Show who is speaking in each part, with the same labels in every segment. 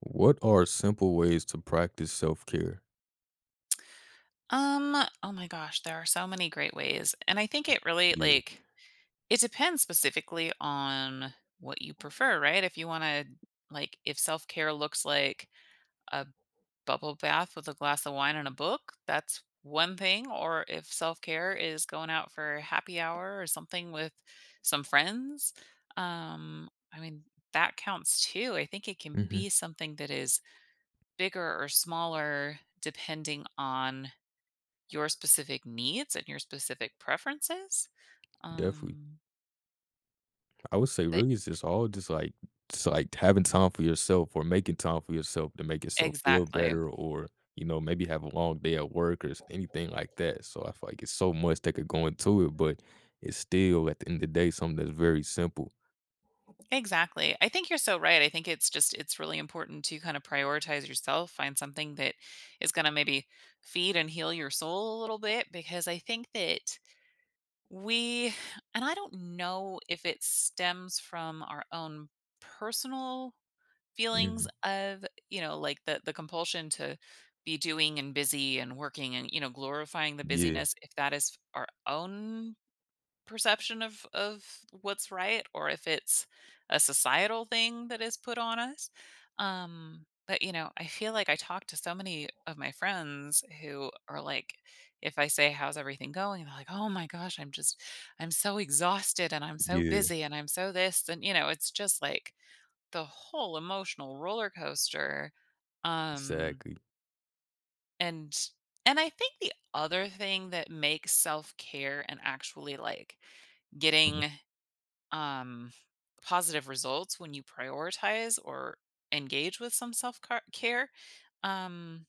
Speaker 1: What are simple ways to practice self-care?
Speaker 2: Um, oh my gosh, there are so many great ways. And I think it really
Speaker 1: Yeah.
Speaker 2: like it depends specifically on what you prefer, right? If you want to like if self-care looks like a bubble bath with a glass of wine and a book, that's one thing, or if self-care is going out for happy hour or something with some friends, I mean, that counts too. I think it can
Speaker 1: Mhm,
Speaker 2: be something that is bigger or smaller depending on your specific needs and your specific preferences.
Speaker 1: definitely.
Speaker 2: Um,
Speaker 1: I would say
Speaker 2: but
Speaker 1: really it's just all just, like having time for yourself or making time for yourself to make yourself feel
Speaker 2: exactly.
Speaker 1: better or, maybe have a long day at work or s anything like that, so I feel like it's so much that could go into it, but it's still at the end of the day something that's very simple.
Speaker 2: Exactly. I think you're so right. I think it's really important to kind of prioritize yourself, find something that is going to maybe feed and heal your soul a little bit because I think that We and I don't know if it stems from our own personal feelings
Speaker 1: Mhm.
Speaker 2: of, like the compulsion to be doing and busy and working and, glorifying the
Speaker 1: Yeah,
Speaker 2: busyness, if that is our own perception of what's right or if it's a societal thing that is put on us. But you know, I feel like I talk to so many of my friends who are like, if I say, "How's everything going?" They're like, "Oh my gosh, I'm just, I'm so exhausted and I'm so
Speaker 1: yeah,
Speaker 2: busy and I'm so this." And, you know, it's just like the whole emotional roller coaster. Um,
Speaker 1: exactly.
Speaker 2: and, and I think the other thing that makes self care and actually like getting
Speaker 1: Mhm,
Speaker 2: um, positive results when you prioritize or engage with some self care. Um,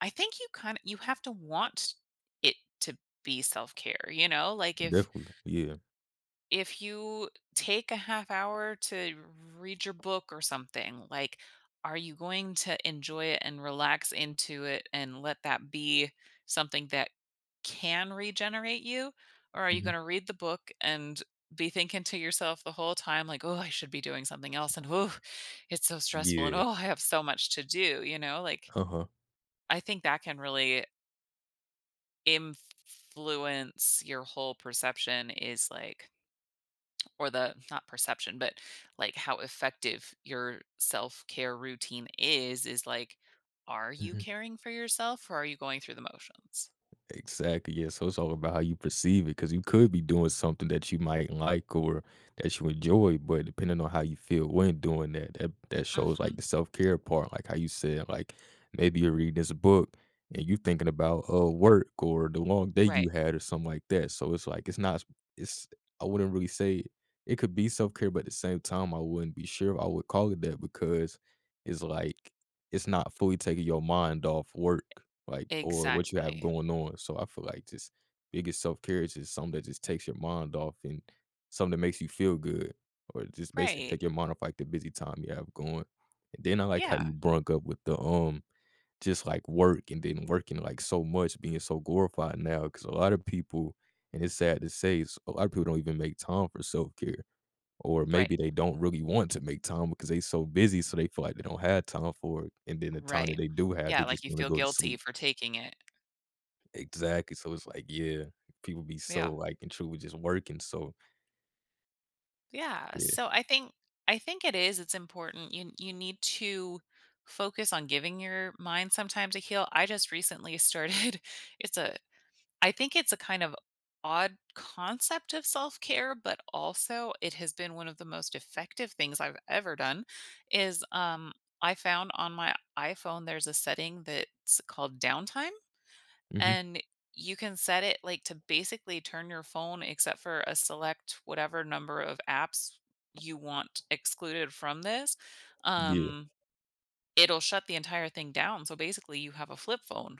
Speaker 2: I think you kind of you have to want it to be self care. You know, like if
Speaker 1: definitely, yeah,
Speaker 2: if you take a half hour to read your book or something, like are you going to enjoy it and relax into it and let that be something that can regenerate you, or are you
Speaker 1: mhm,
Speaker 2: going to read the book and be thinking to yourself the whole time like, "Oh, I should be doing something else," and "Oh, it's so stressful," and
Speaker 1: yeah,
Speaker 2: "Oh, I have so much to do," you know? Like,
Speaker 1: uh-huh,
Speaker 2: I think that can really influence your whole perception is like or the not perception, but like how effective your self-care routine is like, are you
Speaker 1: mhm.
Speaker 2: caring for yourself or are you going through the motions?
Speaker 1: Exactly. Yeah. So it's all about how you perceive it because you could be doing something that you might like or that you enjoy, but depending on how you feel when doing that, that shows like
Speaker 2: Mhm.
Speaker 1: the self care part, like how you said, like maybe you're reading this book and you're thinking about work or the long day you
Speaker 2: Right.
Speaker 1: had or something like that. So it's like it's not it's I wouldn't really say it could be self care, but at the same time I wouldn't be sure if I would call it that because it's like it's not fully taking your mind off work like, or what you have
Speaker 2: Exactly.
Speaker 1: going on. So I feel like just biggest self care is just something that just takes your mind off and something that makes you feel good, or just basically
Speaker 2: Right.
Speaker 1: take your mind off like the busy time you have going. And then I like how
Speaker 2: Yeah.
Speaker 1: you brung up with the just like work and then working like so much being so glorified now because a lot of people and it's sad to say s- a lot of people don't even make time for self care or
Speaker 2: Right.
Speaker 1: maybe they don't really want to make time because they so busy so they feel like they don't have time for it and then the time that
Speaker 2: Right.
Speaker 1: they do have
Speaker 2: Yeah,
Speaker 1: they
Speaker 2: like
Speaker 1: just
Speaker 2: you
Speaker 1: want to
Speaker 2: feel
Speaker 1: go to
Speaker 2: guilty
Speaker 1: sleep.
Speaker 2: for taking it.
Speaker 1: Exactly, so it's like, yeah, people be so,
Speaker 2: Yeah.
Speaker 1: like, and true with just working, so
Speaker 2: Yeah.
Speaker 1: yeah.
Speaker 2: So I think it is it's important. You need to focus on giving your mind some time to heal. I just recently started it's a I think it's a kind of odd concept of self-care, but also it has been one of the most effective things I've ever done is I found on my iPhone there's a setting that's called downtime,
Speaker 1: Mhm.
Speaker 2: and you can set it like to basically turn your phone except for a select whatever number of apps you want excluded from this,
Speaker 1: Yeah,
Speaker 2: um it'll shut the entire thing down, so basically you have a flip phone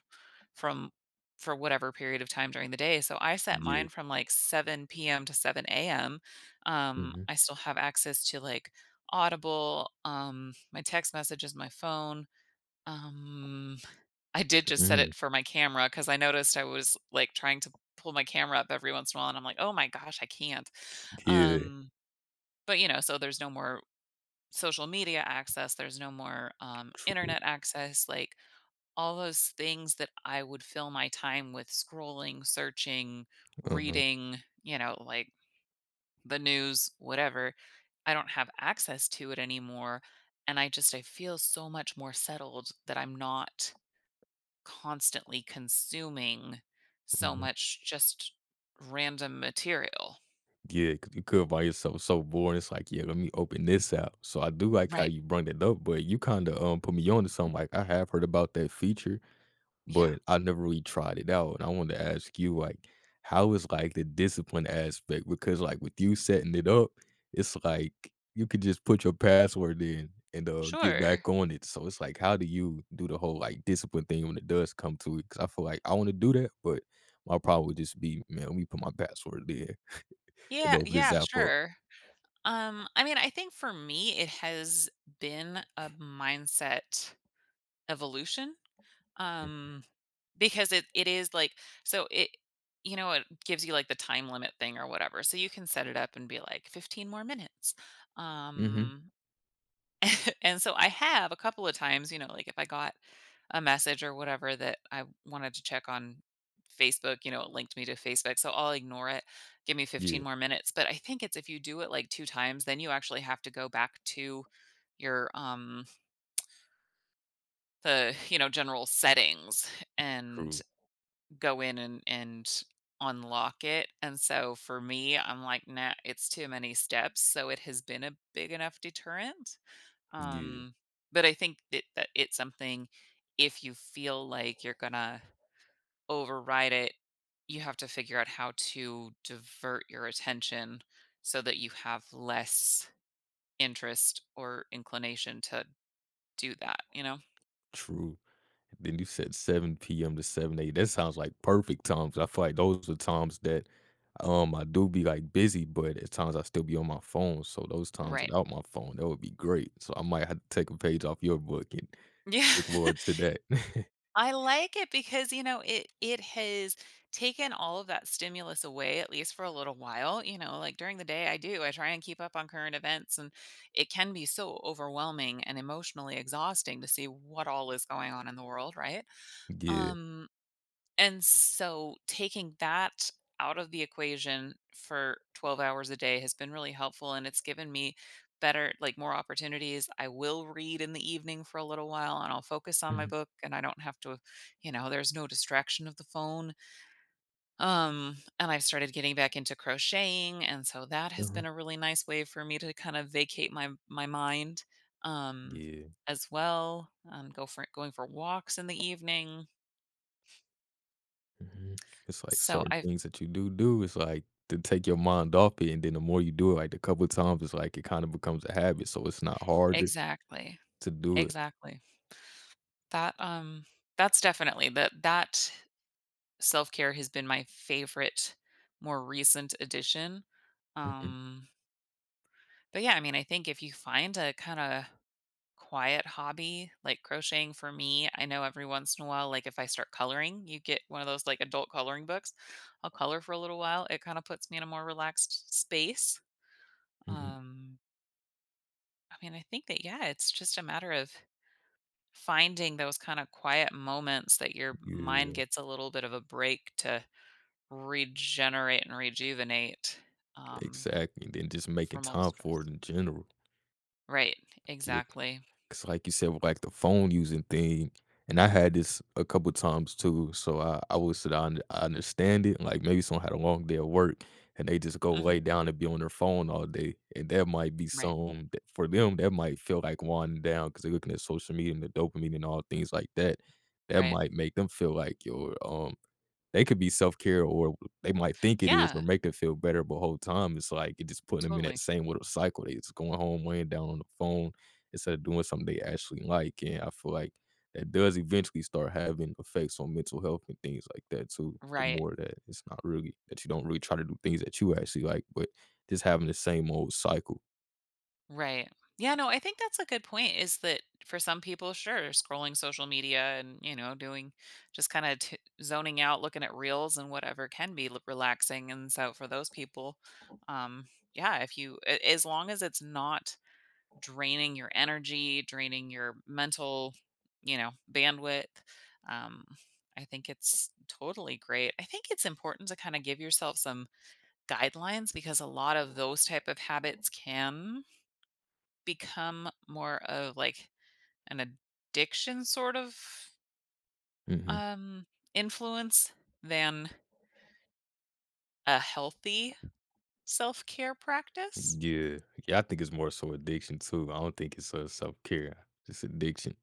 Speaker 2: from for whatever period of time during the day. So I set
Speaker 1: yeah.
Speaker 2: mine from like 7 p.m to 7 a.m.
Speaker 1: Mhm,
Speaker 2: I still have access to like Audible, my text messages, my phone. um I did just set
Speaker 1: mhm.
Speaker 2: it for my camera because I noticed I was, like, trying to pull my camera up every once in a while, and I'm like, "Oh my gosh, I can't."
Speaker 1: Yeah,
Speaker 2: Um, but, you know, so there's no more social media access, there's no more,
Speaker 1: true.
Speaker 2: internet access, like, all those things that I would fill my time with scrolling, searching,
Speaker 1: Uh-huh,
Speaker 2: reading, you know, like, the news, whatever. I don't have access to it anymore, and I just I feel so much more settled that I'm not constantly consuming so
Speaker 1: mhm.
Speaker 2: much just random material.
Speaker 1: Yeah, 'cause you could by yourself so bored, it's like, "Yeah, let me open this out." So I do like how
Speaker 2: Right.
Speaker 1: you brought it up, but you kinda, put me on to something, like, I have heard about that feature
Speaker 2: Yeah.
Speaker 1: but I never really tried it out. And I wanted to ask you, like, how is like the discipline aspect? Because like with you setting it up, it's like you could just put your password in and get
Speaker 2: Sure.
Speaker 1: back on it. So it's like, how do you do the whole like discipline thing when it does come to it? Because I feel like I want to do that, but my problem would just be, man, let me put my password in and open this
Speaker 2: Yeah,
Speaker 1: app up.
Speaker 2: sure. I mean, I think for me it has been a mindset evolution. Um, because it is like so it you know, it gives you like the time limit thing or whatever. So you can set it up and be like 15 more minutes.
Speaker 1: Mm-hmm. Mm-hmm.
Speaker 2: Um, And so I have a couple of times, you know, like if I got a message or whatever that I wanted to check on Facebook, you know, it linked me to Facebook. So I'll ignore it. "Give me 15
Speaker 1: Yeah,
Speaker 2: more minutes." But I think it's if you do it like two times, then you actually have to go back to your the, you know, general settings and
Speaker 1: true.
Speaker 2: go in and unlock it. And so for me, I'm like, nah, it's too many steps. So it has been a big enough deterrent,
Speaker 1: Yeah,
Speaker 2: um, but I think that it's something if you feel like you're gonna override it, you have to figure out how to divert your attention so that you have less interest or inclination to do that, you know?
Speaker 1: true. Then you said 7 PM to 7 A that sounds like perfect times. I feel like those are times that, I do be, like, busy, but at times I still be on my phone, so those times
Speaker 2: Right.
Speaker 1: without my phone, that would be great. So I might have to take a page off your book and
Speaker 2: Yeah.
Speaker 1: look forward to that.
Speaker 2: I like it because, you know, it has taken all of that stimulus away at least for a little while. You know, like during the day I do, I try and keep up on current events, and it can be so overwhelming and emotionally exhausting to see what all is going on in the world, right?
Speaker 1: Yeah.
Speaker 2: Um and so taking that out of the equation for 12 hours a day has been really helpful, and it's given me better like more opportunities. I will read in the evening for a little while and I'll focus on my
Speaker 1: Mhm,
Speaker 2: book and I don't have to, you know, there's no distraction of the phone. And I've started getting back into crocheting, and so that has
Speaker 1: uh-huh.
Speaker 2: been a really nice way for me to kind of vacate my mind um
Speaker 1: Yeah.
Speaker 2: as well. Go for going for walks in the evening.
Speaker 1: Mhm. It's like
Speaker 2: So
Speaker 1: certain
Speaker 2: I've
Speaker 1: things that you do do, it's like to take your mind off it, and then the more you do it, like, a couple of times, it's like it kinda becomes a habit, so it's not harder
Speaker 2: exactly.
Speaker 1: to do it.
Speaker 2: Exactly. That, that's definitely that self-care has been my favorite more recent addition.
Speaker 1: Mhm,
Speaker 2: Um, but yeah, I mean, I think if you find a kinda quiet hobby, like crocheting for me, I know every once in a while, like if I start coloring, you get one of those like adult coloring books, I'll color for a little while. It kinda puts me in a more relaxed space.
Speaker 1: mhm.
Speaker 2: Um, I mean, I think that yeah, it's just a matter of finding those kind of quiet moments that your mind
Speaker 1: Yeah.
Speaker 2: gets a little bit of a break to regenerate and rejuvenate, um,
Speaker 1: Exactly, and then just making
Speaker 2: from all the
Speaker 1: time for it
Speaker 2: stress.
Speaker 1: in general.
Speaker 2: Right.
Speaker 1: Yeah.
Speaker 2: Exactly.
Speaker 1: Cause like you said, with, like, the phone using thing, and I had this a couple times too, so I would sit down I understand it, like, maybe someone had a long day at work, and they just go
Speaker 2: Hmm.
Speaker 1: lay down and be on their phone all day, and that might be
Speaker 2: Right.
Speaker 1: some that for them, that might feel like winding down because 'cause they're looking at social media and the dopamine and all things like that. That
Speaker 2: Right.
Speaker 1: might make them feel like, "Yo, um." They could be self-care or they might think it is
Speaker 2: Yeah.
Speaker 1: or make them feel better, but whole time it's like it just putting them in that
Speaker 2: Totally.
Speaker 1: same little cycle. They just going home, laying down on the phone instead of doing something they actually like, and I feel like that does eventually start having effects on mental health and things like that too, the
Speaker 2: Right.
Speaker 1: more that it's not really that you don't really try to do things that you actually like, but just having the same old cycle.
Speaker 2: Right. Yeah, no, I think that's a good point is that for some people, sure, scrolling social media and, you know, doing just kind of zoning out, looking at reels and whatever can be relaxing. And so for those people, um, yeah, if you, as long as it's not draining your energy, draining your mental, you know, bandwidth, um, I think it's totally great. I think it's important to kind of give yourself some guidelines because a lot of those type of habits can become more of like an addiction sort of
Speaker 1: Mhm.
Speaker 2: um influence than a healthy self-care practice.
Speaker 1: Yeah. Yeah, I think it's more so addiction too. I don't think it's, self-care, it's addiction.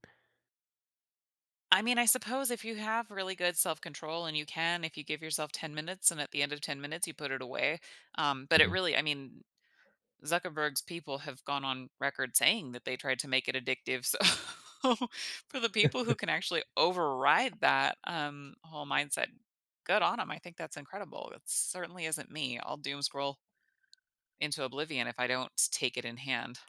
Speaker 2: I mean, I suppose if you have really good self-control and you can if you give yourself 10 minutes and at the end of 10 minutes you put it away, but it
Speaker 1: Mhm.
Speaker 2: really I mean Zuckerberg's people have gone on record saying that they tried to make it addictive. So for the people who can actually override that, whole mindset, good on them. I think that's incredible. It certainly isn't me. I'll doom scroll into oblivion if I don't take it in hand.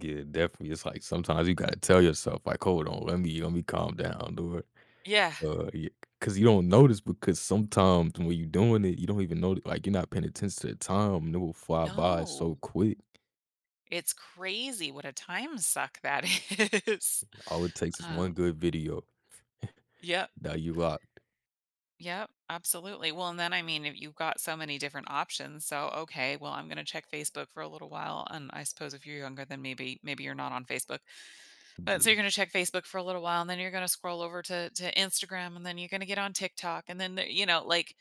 Speaker 1: Yeah, definitely. It's like sometimes you gotta tell yourself, like, hold on, let me calm down, or
Speaker 2: Yeah.
Speaker 1: yeah, because you don't notice. Because sometimes when you're doing it, you don't even know. Like you're not paying attention to the time, and it will fly by so
Speaker 2: No,
Speaker 1: quick.
Speaker 2: it's crazy what a time suck that is.
Speaker 1: All it takes is one
Speaker 2: Um,
Speaker 1: good video.
Speaker 2: yep.
Speaker 1: Now you locked.
Speaker 2: Yep, absolutely. Well, and then I mean, if you've got so many different options, so okay, well, I'm going to check Facebook for a little while, and I suppose if you're younger, then maybe you're not on Facebook,
Speaker 1: Yeah,
Speaker 2: but so you're going to check Facebook for a little while, and then you're going to scroll over to Instagram, and then you're going to get on TikTok, and then you know, like,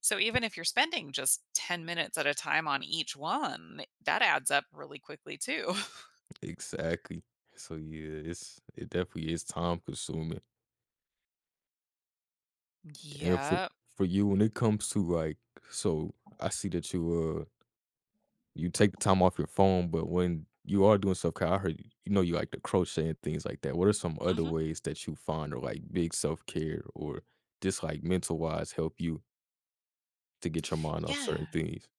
Speaker 2: so even if you're spending just 10 minutes at a time on each one, that adds up really quickly too.
Speaker 1: exactly. So yeah, it's it definitely is time consuming. And for
Speaker 2: Yep.
Speaker 1: for you, when it comes to like, so I see that you you take the time off your phone, but when you are doing stuff 'cause I heard you know you like to crochet and things like that. What are some other
Speaker 2: Hmm.
Speaker 1: ways that you find are, like, big self-care or just, like, mental-wise help you to get your mind off certain
Speaker 2: Yeah.
Speaker 1: things?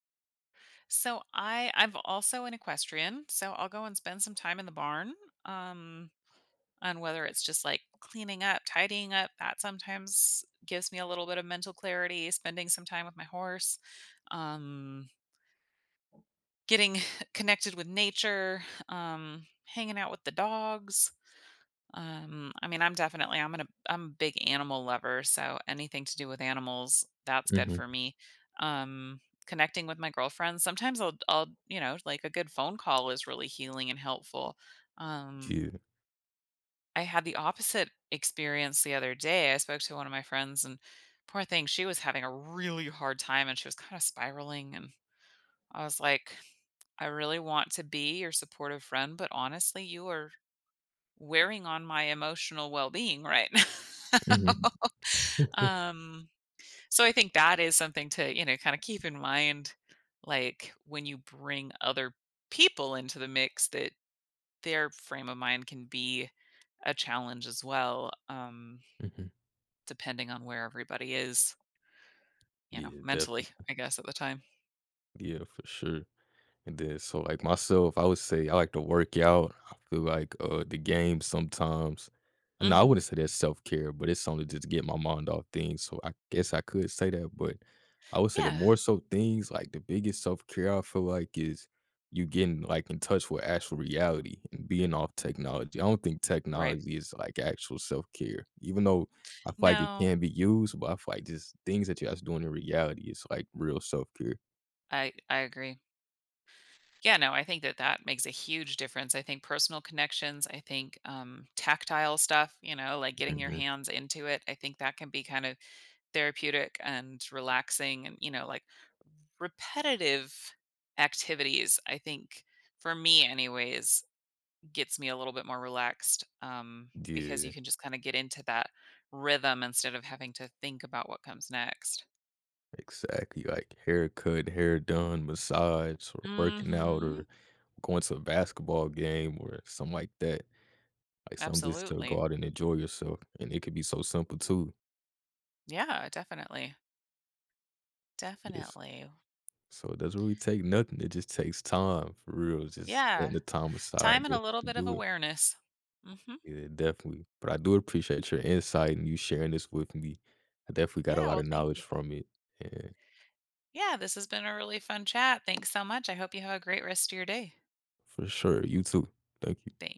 Speaker 2: So I'm also an equestrian, so I'll go and spend some time in the barn, Um on whether it's just like cleaning up, tidying up. That sometimes gives me a little bit of mental clarity, spending some time with my horse, um, getting connected with nature, hanging out with the dogs. I mean, I'm definitely I'm a big animal lover, so anything to do with animals, that's good
Speaker 1: Mhm.
Speaker 2: for me. Um, connecting with my girlfriends. Sometimes you know, like a good phone call is really healing and helpful. Um,
Speaker 1: Yeah.
Speaker 2: I had the opposite experience the other day. I spoke to one of my friends, and poor thing, she was having a really hard time and she was kind of spiraling, and I was like, I really want to be your supportive friend, but honestly, you are wearing on my emotional well-being right now.
Speaker 1: Mhm.
Speaker 2: um so I think that is something to, you know, kind of keep in mind like when you bring other people into the mix that their frame of mind can be a challenge as well.
Speaker 1: Mhm.
Speaker 2: Depending on where everybody is, you know,
Speaker 1: Yeah,
Speaker 2: mentally,
Speaker 1: definitely.
Speaker 2: I guess, at the time.
Speaker 1: Yeah, for sure. And then, so like myself, I would say I like to work out. I feel like the game sometimes. No, I
Speaker 2: Mhm.
Speaker 1: wouldn't say that's self care, but it's something to just get my mind off things. So I guess I could say that, but I would say the
Speaker 2: Yeah,
Speaker 1: more so things like the biggest self care I feel like is you getting like in touch with actual reality and being off technology. I don't think
Speaker 2: right.
Speaker 1: technology is like actual self care, even though I feel like it
Speaker 2: No,
Speaker 1: can be used, but I feel like just things that you're actually doing in reality is like real self care.
Speaker 2: I agree. Yeah, no, I think that that makes a huge difference. I think personal connections, I think, tactile stuff, you know, like getting your
Speaker 1: Hmm.
Speaker 2: hands into it, I think that can be kind of therapeutic and relaxing and, you know, like repetitive activities, I think, for me anyways, gets me a little bit more relaxed, because you
Speaker 1: Yeah.
Speaker 2: can just kinda get into that rhythm instead of having to think about what comes next.
Speaker 1: Exactly, like haircut, hair done, massage, or working out,
Speaker 2: Mhm.
Speaker 1: or going to a basketball game or something like that. Like something just to go
Speaker 2: Absolutely.
Speaker 1: out and enjoy yourself. And it could be so simple too.
Speaker 2: Yeah, definitely.
Speaker 1: Yes.
Speaker 2: Definitely.
Speaker 1: So it doesn't really take nothing. It just takes time for real. It's just
Speaker 2: Yeah.
Speaker 1: setting the time
Speaker 2: Time
Speaker 1: aside
Speaker 2: and a little
Speaker 1: to
Speaker 2: bit of
Speaker 1: do it.
Speaker 2: awareness. Mhm.
Speaker 1: Yeah, definitely. But I do appreciate your insight and you sharing this with me. I definitely got a
Speaker 2: Yeah,
Speaker 1: lot of
Speaker 2: well, thank
Speaker 1: knowledge
Speaker 2: you.
Speaker 1: from it. And
Speaker 2: Yeah, this has been a really fun chat. Thanks so much. I hope you have a great rest of your day.
Speaker 1: for sure, you too. Thank you.
Speaker 2: Thanks.